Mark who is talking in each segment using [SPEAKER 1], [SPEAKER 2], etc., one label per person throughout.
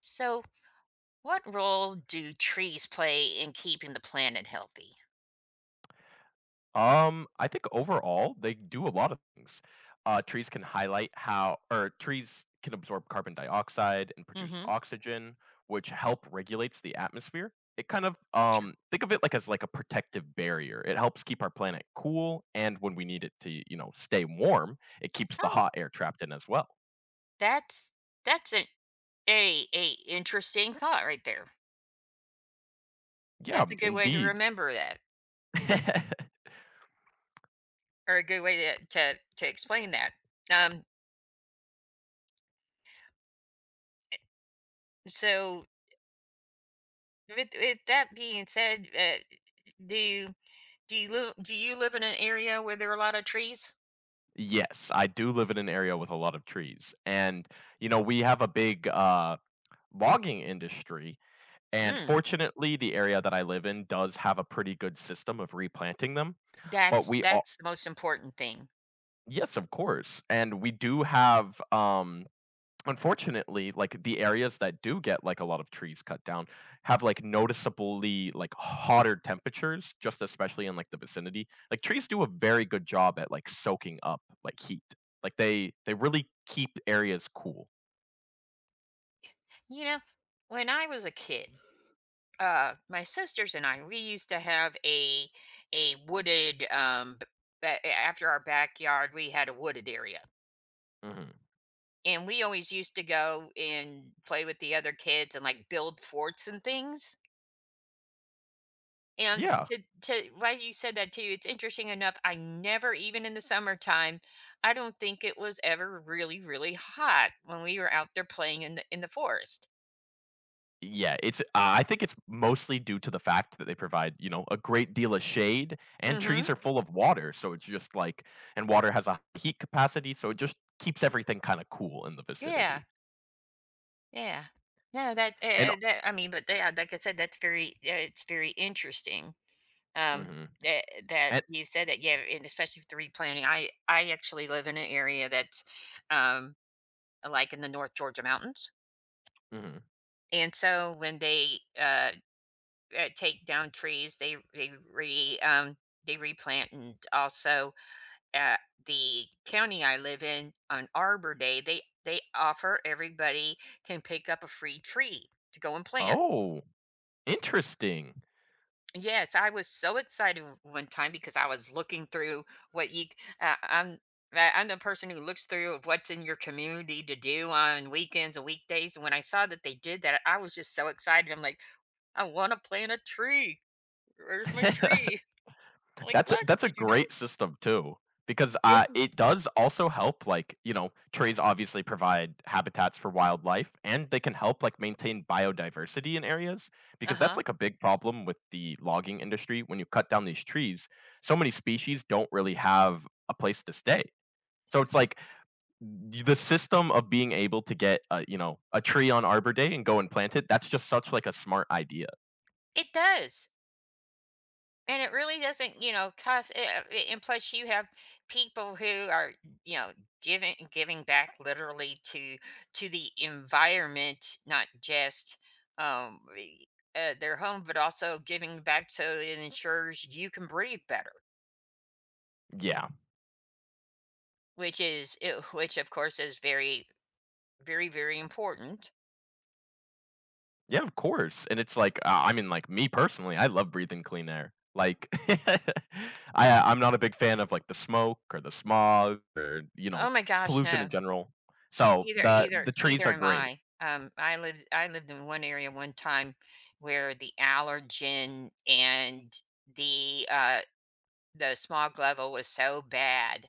[SPEAKER 1] So, what role do trees play in keeping the planet healthy?
[SPEAKER 2] I think overall they do a lot of things. Trees can highlight how, or trees can absorb carbon dioxide and produce
[SPEAKER 1] Mm-hmm.
[SPEAKER 2] oxygen, which help regulates the atmosphere. It kind of
[SPEAKER 1] Sure.
[SPEAKER 2] think of it like as like a protective barrier. It helps keep our planet cool, and when we need it to stay warm, it keeps the
[SPEAKER 1] Oh,
[SPEAKER 2] hot air trapped in as well.
[SPEAKER 1] that's that's an a interesting thought right there.
[SPEAKER 2] Yeah,
[SPEAKER 1] That's a good way to
[SPEAKER 2] indeed.
[SPEAKER 1] remember that, or a good way to explain that. Um, so with that being said, do do you live in an area where there are a lot of trees?
[SPEAKER 2] Yes, I do live in an area with a lot of trees, and we have a big logging industry. And
[SPEAKER 1] Mm,
[SPEAKER 2] fortunately, the area that I live in does have a pretty good system of replanting them, but
[SPEAKER 1] that's
[SPEAKER 2] we all.
[SPEAKER 1] that's the most important thing.
[SPEAKER 2] Yes, of course, and we do have, unfortunately, like, the areas that do get, like, a lot of trees cut down have, like, noticeably, like, hotter temperatures, just especially in, like, the vicinity. Like, trees do a very good job at, like, soaking up, like, heat. Like, they really keep areas cool.
[SPEAKER 1] You know, when I was a kid, my sisters and I, we used to have a wooded after our backyard we had a wooded area,
[SPEAKER 2] Mhm.
[SPEAKER 1] and we always used to go and play with the other kids and like build forts and things. And
[SPEAKER 2] Yeah.
[SPEAKER 1] to why you said that too, it's interesting enough, I never, even in the summertime, I don't think it was ever really hot when we were out there playing in the forest.
[SPEAKER 2] Yeah, it's I think it's mostly due to the fact that they provide, you know, a great deal of shade and
[SPEAKER 1] Mhm.
[SPEAKER 2] trees are full of water, so it's just like, and water has a heat capacity, so it just keeps everything kinda cool in the
[SPEAKER 1] Yeah.
[SPEAKER 2] vicinity.
[SPEAKER 1] Yeah. No, that
[SPEAKER 2] And.
[SPEAKER 1] eh, eh, that I mean, but yeah, like I said, that's very yeah, it's very interesting, um,
[SPEAKER 2] Mhm.
[SPEAKER 1] that that
[SPEAKER 2] And.
[SPEAKER 1] you said that, yeah, and especially with the replanting. I actually live in an area that's, um, like in the North Georgia mountains,
[SPEAKER 2] Mhm.
[SPEAKER 1] and so when they, take down trees, they re they replant, and also, uh, the county I live in, on Arbor Day, they offer everybody can pick up a free tree to go and plant.
[SPEAKER 2] Oh, interesting.
[SPEAKER 1] Yes, I was so excited one time because I was looking through what you. I'm I- I'm the person who looks through of what's in your community to do on weekends and weekdays. And when I saw that they did that, I was just so excited. I'm like, I want to plant a tree. Where's my tree? I'm like,
[SPEAKER 2] That's a
[SPEAKER 1] look,
[SPEAKER 2] that's a
[SPEAKER 1] did you know?
[SPEAKER 2] great system too, because,
[SPEAKER 1] Yeah.
[SPEAKER 2] it does also help, like, you know, trees obviously provide habitats for wildlife, and they can help, like, maintain biodiversity in areas,
[SPEAKER 1] Uh
[SPEAKER 2] because that's,
[SPEAKER 1] huh.
[SPEAKER 2] like, a big problem with the logging industry. When you cut down these trees, so many species don't really have a place to stay. So it's like, y the system of being able to get a, you know, a tree on Arbor Day and go and plant it, that's just such, like, a smart idea.
[SPEAKER 1] It does. And it really doesn't, you know, cost. And plus, you have people who are, you know, giving back literally to the environment, not just um, the- their home, but also giving back so it ensures you can breathe better,
[SPEAKER 2] Yeah.
[SPEAKER 1] which is which of course is very important.
[SPEAKER 2] Yeah, of course, and it's like, I mean, like, me personally, I love breathing clean air. Like, I'm not a big fan of, like, the smoke or the smog or, you know,
[SPEAKER 1] Oh my gosh,
[SPEAKER 2] pollution
[SPEAKER 1] no.
[SPEAKER 2] in general. So,
[SPEAKER 1] Either
[SPEAKER 2] the
[SPEAKER 1] either
[SPEAKER 2] the
[SPEAKER 1] either
[SPEAKER 2] trees are
[SPEAKER 1] am
[SPEAKER 2] great.
[SPEAKER 1] I. Lived in one area one time where the allergen and the, uh the smog level was so bad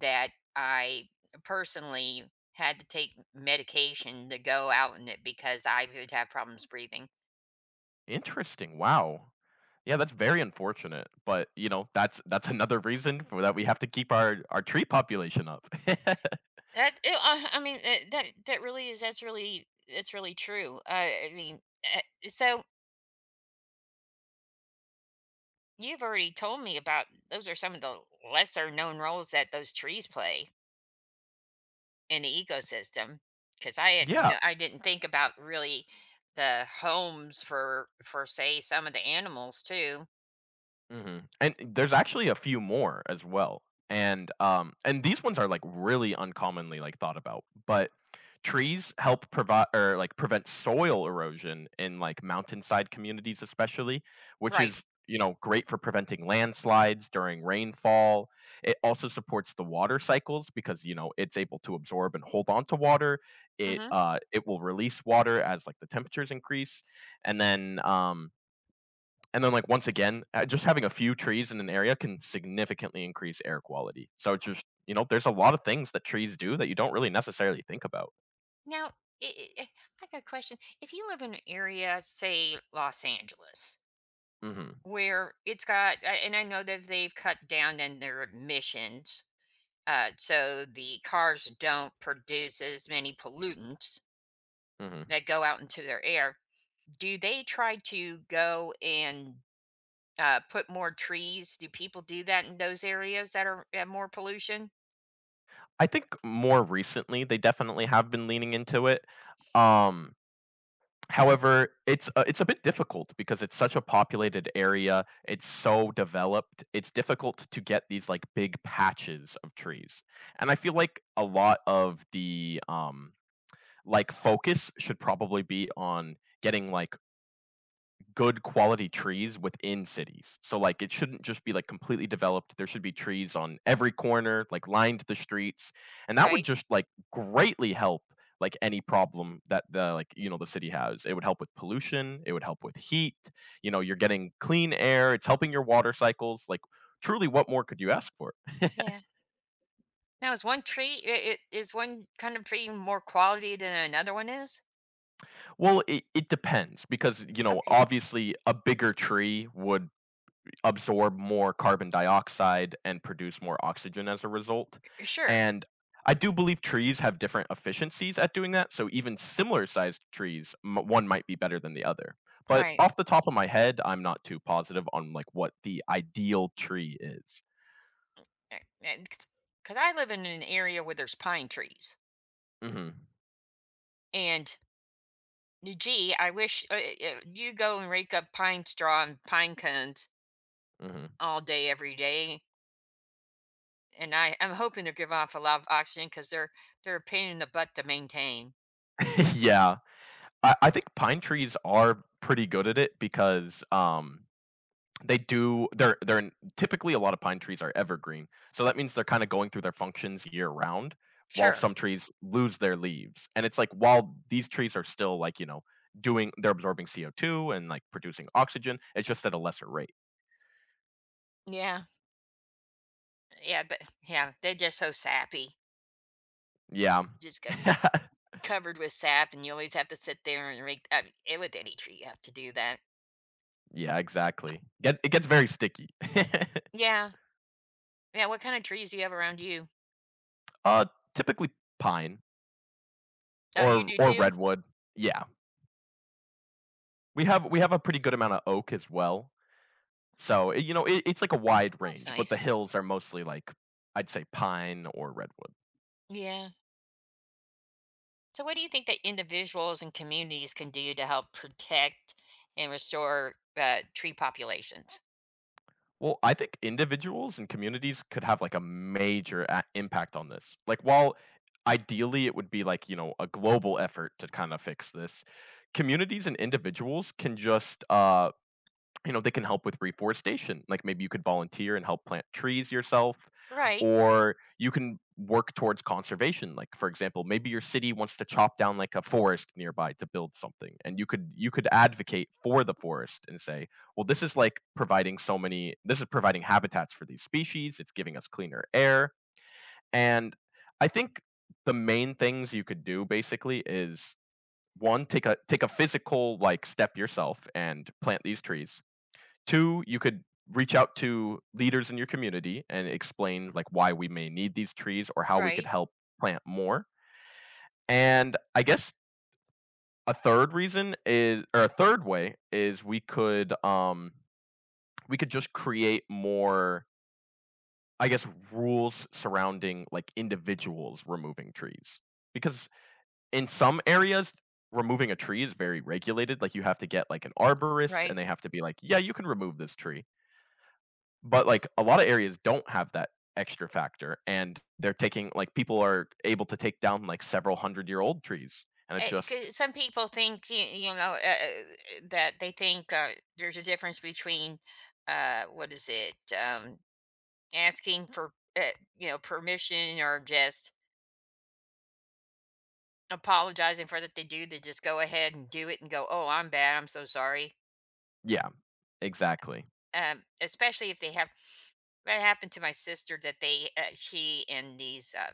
[SPEAKER 1] that I personally had to take medication to go out in it because I would have problems breathing.
[SPEAKER 2] Interesting, wow. Yeah, that's very unfortunate, but, you know, that's another reason for that we have to keep our tree population up.
[SPEAKER 1] That it, I mean that that really is That's really true. I mean, uh, so you've already told me about, those are some of the lesser known roles that those trees play in the ecosystem, because I had
[SPEAKER 2] Yeah.
[SPEAKER 1] no, I didn't think about really the homes for say some of the animals too.
[SPEAKER 2] Mhm, and there's actually a few more as well, and, and these ones are, like, really uncommonly, like, thought about, but trees help provide or, like, prevent soil erosion in, like, mountainside communities especially, which
[SPEAKER 1] Right.
[SPEAKER 2] is, you know, great for preventing landslides during rainfall. It also supports the water cycles because, you know, it's able to absorb and hold on to water. It,
[SPEAKER 1] Hmm.
[SPEAKER 2] it will release water as, like, the temperatures increase, and then, like, once again, just having a few trees in an area can significantly increase air quality. So it's just, you know, there's a lot of things that trees do that you don't really necessarily think about.
[SPEAKER 1] Now, i i I got a question. If you live in an area, say Los Angeles,
[SPEAKER 2] Hmm.
[SPEAKER 1] where it's got, and I know that they've cut down on their emissions, so the cars don't produce as many pollutants
[SPEAKER 2] Hmm.
[SPEAKER 1] that go out into their air. Do they try to go and put more trees? Do people do that in those areas that are have more pollution?
[SPEAKER 2] I think more recently they definitely have been leaning into it. Um, However, it's a bit difficult because it's such a populated area. It's so developed. It's difficult to get these like big patches of trees, and I feel like a lot of the like focus should probably be on getting like good quality trees within cities. So like it shouldn't just be like completely developed. There should be trees on every corner, like lined the streets, and that would
[SPEAKER 1] Right.
[SPEAKER 2] just like greatly help like any problem that the like you know the city has. It would help with pollution, it would help with heat. You know, you're getting clean air, it's helping your water cycles like. Truly, what more could you ask for?
[SPEAKER 1] Yeah. Now, is one tree, it is one kind of tree more quality than another one is?
[SPEAKER 2] Well, it depends because, you know,
[SPEAKER 1] Okay.
[SPEAKER 2] obviously a bigger tree would absorb more carbon dioxide and produce more oxygen as a result.
[SPEAKER 1] Sure.
[SPEAKER 2] And I do believe trees have different efficiencies at doing that. So even similar sized trees, one might be better than the other. But
[SPEAKER 1] Right.
[SPEAKER 2] off the top of my head, I'm not too positive on like what the ideal tree is.
[SPEAKER 1] Because I live in an area where there's pine trees,
[SPEAKER 2] Hmm.
[SPEAKER 1] and gee, I wish, you go and rake up pine straw and pine cones
[SPEAKER 2] Hmm.
[SPEAKER 1] all day every day. And I'm hoping they give off a lot of oxygen because they're a pain in the butt to maintain.
[SPEAKER 2] Yeah, I think pine trees are pretty good at it because They do they're typically a lot of pine trees are evergreen, so that means they're kinda going through their functions year round, while
[SPEAKER 1] Sure.
[SPEAKER 2] some trees lose their leaves, and it's like, while these trees are still, like, you know, doing they're absorbing CO2 and, like, producing oxygen, it's just at a lesser rate.
[SPEAKER 1] Yeah. Yeah, but yeah, they're just so sappy.
[SPEAKER 2] Yeah.
[SPEAKER 1] Just got covered with sap, and you always have to sit there and rake. I mean, with any tree, you have to do that.
[SPEAKER 2] Yeah, exactly. Get it gets very sticky.
[SPEAKER 1] Yeah, yeah. What kind of trees do you have around you?
[SPEAKER 2] Uh, Typically pine
[SPEAKER 1] Oh, you
[SPEAKER 2] or
[SPEAKER 1] do
[SPEAKER 2] or
[SPEAKER 1] too.
[SPEAKER 2] redwood. Yeah. We have a pretty good amount of oak as well. So, it you know, it it's like a wide
[SPEAKER 1] That's
[SPEAKER 2] range, but the
[SPEAKER 1] nice.
[SPEAKER 2] hills are mostly like, I'd say pine or redwood.
[SPEAKER 1] Yeah. So, what do you think that individuals and communities can do to help protect and restore tree populations?
[SPEAKER 2] Well, I think individuals and communities could have like a major a impact on this. Like, while ideally it would be like, you know, a global effort to kind of fix this, communities and individuals can just, you know, they can help with reforestation. Like maybe you could volunteer and help plant trees yourself,
[SPEAKER 1] Right,
[SPEAKER 2] or you can work towards conservation. Like for example, maybe your city wants to chop down like a forest nearby to build something, and you could advocate for the forest and say, well, this is like providing so many. This is providing habitats for these species. It's giving us cleaner air, and I think the main things you could do basically is one take a physical like step yourself and plant these trees 2, you could reach out to leaders in your community and explain like why we may need these trees or how we could
[SPEAKER 1] right,
[SPEAKER 2] help plant more. And I guess a third reason is or a third way is we could just create more I guess rules surrounding like individuals removing trees. Because in some areas removing a tree is very regulated like you have to get like an arborist
[SPEAKER 1] right.
[SPEAKER 2] and they have to be like, "Yeah, you can remove this tree." But, like, a lot of areas don't have that extra factor, and they're taking like, people are able to take down, like, several hundred-year-old trees, and it's just.
[SPEAKER 1] 'Cause some people think, you know, that they think, there's a difference between, what is it? Asking for, you know, permission or just apologizing for that they do. They just go ahead and do it and go, "Oh, I'm bad. I'm so sorry."
[SPEAKER 2] Yeah, exactly.
[SPEAKER 1] Especially if they have, that happened to my sister, that they, she and these, uh,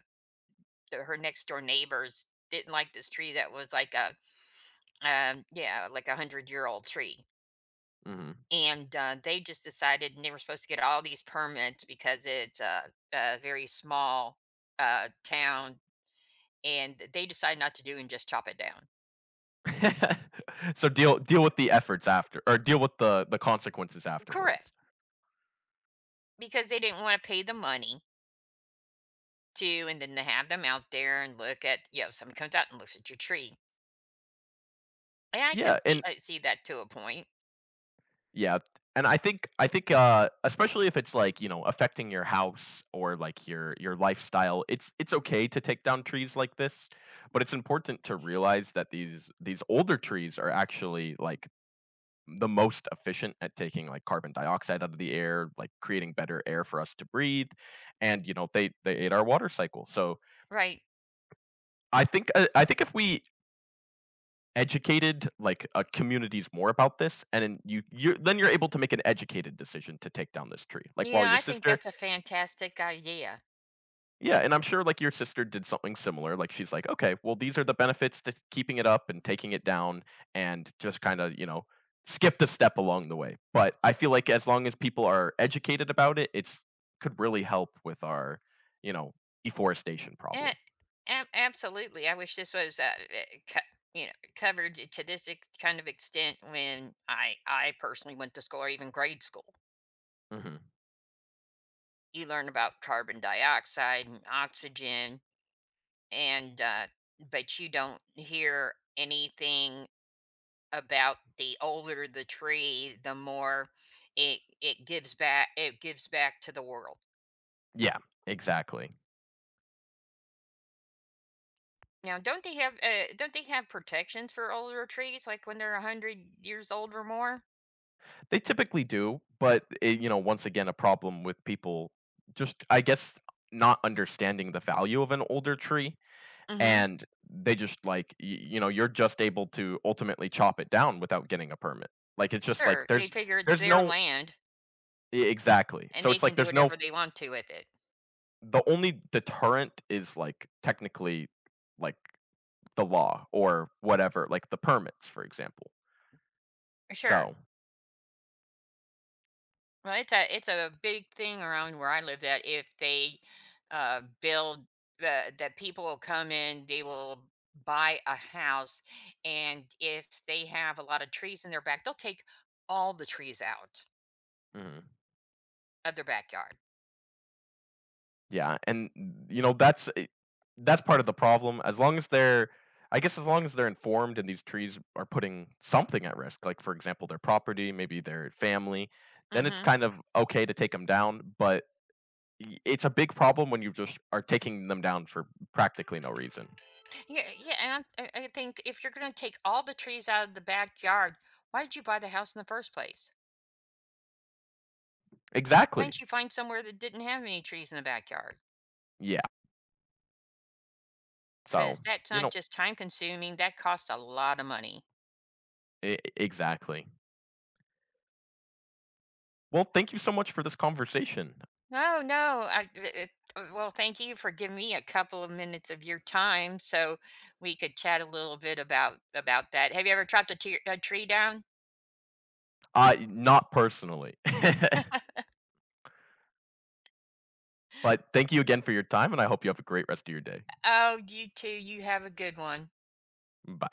[SPEAKER 1] the, her next door neighbors didn't like this tree that was like a yeah, like a hundred-year-old tree,
[SPEAKER 2] Mhm.
[SPEAKER 1] and they just decided, and they were supposed to get all these permits because it's, a very small, town, and they decided not to do, and just chop it down.
[SPEAKER 2] So deal with the efforts after or deal with the consequences
[SPEAKER 1] Correct,
[SPEAKER 2] afterwards.
[SPEAKER 1] because they didn't want to pay the money to, and then to have them out there and look at, you know, someone comes out and looks at your tree. And I can
[SPEAKER 2] Yeah,
[SPEAKER 1] see,
[SPEAKER 2] and.
[SPEAKER 1] I see that to a point,
[SPEAKER 2] Yeah, and I think, I think, especially if it's, like, you know, affecting your house or, like, your lifestyle, it's okay to take down trees like this, but it's important to realize that these older trees are actually, like, the most efficient at taking, like, carbon dioxide out of the air, like, creating better air for us to breathe, and, you know, they aid our water cycle, so
[SPEAKER 1] right?
[SPEAKER 2] I think, if we educated like communities more about this and then you're able to make an educated decision to take down this tree like while
[SPEAKER 1] Yeah,
[SPEAKER 2] your
[SPEAKER 1] I think
[SPEAKER 2] sister.
[SPEAKER 1] that's a fantastic idea.
[SPEAKER 2] Yeah, and I'm sure like your sister did something similar like she's like okay well these are the benefits to keeping it up and taking it down and just kind of you know skip the step along the way but I feel like as long as people are educated about it it's could really help with our you know deforestation
[SPEAKER 1] Eh,
[SPEAKER 2] problem.
[SPEAKER 1] Absolutely, I wish this was, you know, covered, to this, kind of extent when I personally went to school or even grade school.
[SPEAKER 2] Hmm.
[SPEAKER 1] You learn about carbon dioxide and oxygen, and but you don't hear anything about, the older the tree, the more it gives back, to the world.
[SPEAKER 2] Yeah. Exactly.
[SPEAKER 1] Now, don't they have, don't they have protections for older trees, like when they're a hundred years old or more?
[SPEAKER 2] They typically do, but it, you know, once again, a problem with people just, I guess, not understanding the value of an older tree,
[SPEAKER 1] Hmm.
[SPEAKER 2] and they just like you know, you're just able to ultimately chop it down without getting a permit. Like it's just like
[SPEAKER 1] Sure, they
[SPEAKER 2] there's
[SPEAKER 1] figure it's
[SPEAKER 2] there's
[SPEAKER 1] their
[SPEAKER 2] no.
[SPEAKER 1] land
[SPEAKER 2] E exactly.
[SPEAKER 1] and
[SPEAKER 2] So
[SPEAKER 1] they
[SPEAKER 2] it's
[SPEAKER 1] can
[SPEAKER 2] like
[SPEAKER 1] do
[SPEAKER 2] there's no
[SPEAKER 1] whatever they want to with it.
[SPEAKER 2] the only deterrent is like technically like the law or whatever, like the permits, for example.
[SPEAKER 1] Sure.
[SPEAKER 2] So.
[SPEAKER 1] Well, it's a big thing around where I live, that if they build the that people will come in, they will buy a house, and if they have a lot of trees in their back, they'll take all the trees out
[SPEAKER 2] Mhm.
[SPEAKER 1] of their backyard.
[SPEAKER 2] Yeah, and, you know, that's part of the problem, as long as they're I guess as long as they're informed and these trees are putting something at risk, like, for example, their property, maybe their family, then it's
[SPEAKER 1] Hmm.
[SPEAKER 2] kind of okay to take them down, but I it's a big problem when you just are taking them down for practically no reason.
[SPEAKER 1] Yeah, yeah, and I think if you're going to take all the trees out of the backyard, why did you buy the house in the first place? Why
[SPEAKER 2] Exactly.
[SPEAKER 1] didn't you find somewhere that didn't have any trees in the backyard?
[SPEAKER 2] Yeah, so,
[SPEAKER 1] Because that's
[SPEAKER 2] you
[SPEAKER 1] not
[SPEAKER 2] know.
[SPEAKER 1] just time consuming; that costs a lot of money.
[SPEAKER 2] Exactly. Well, thank you so much for this conversation.
[SPEAKER 1] No, no. It, well, thank you for giving me a couple of minutes of your time so we could chat a little bit about that. Have you ever chopped a, a tree down?
[SPEAKER 2] Not personally, but thank you again for your time, and I hope you have a great rest of your day.
[SPEAKER 1] Oh, you too. You have a good one.
[SPEAKER 2] Bye.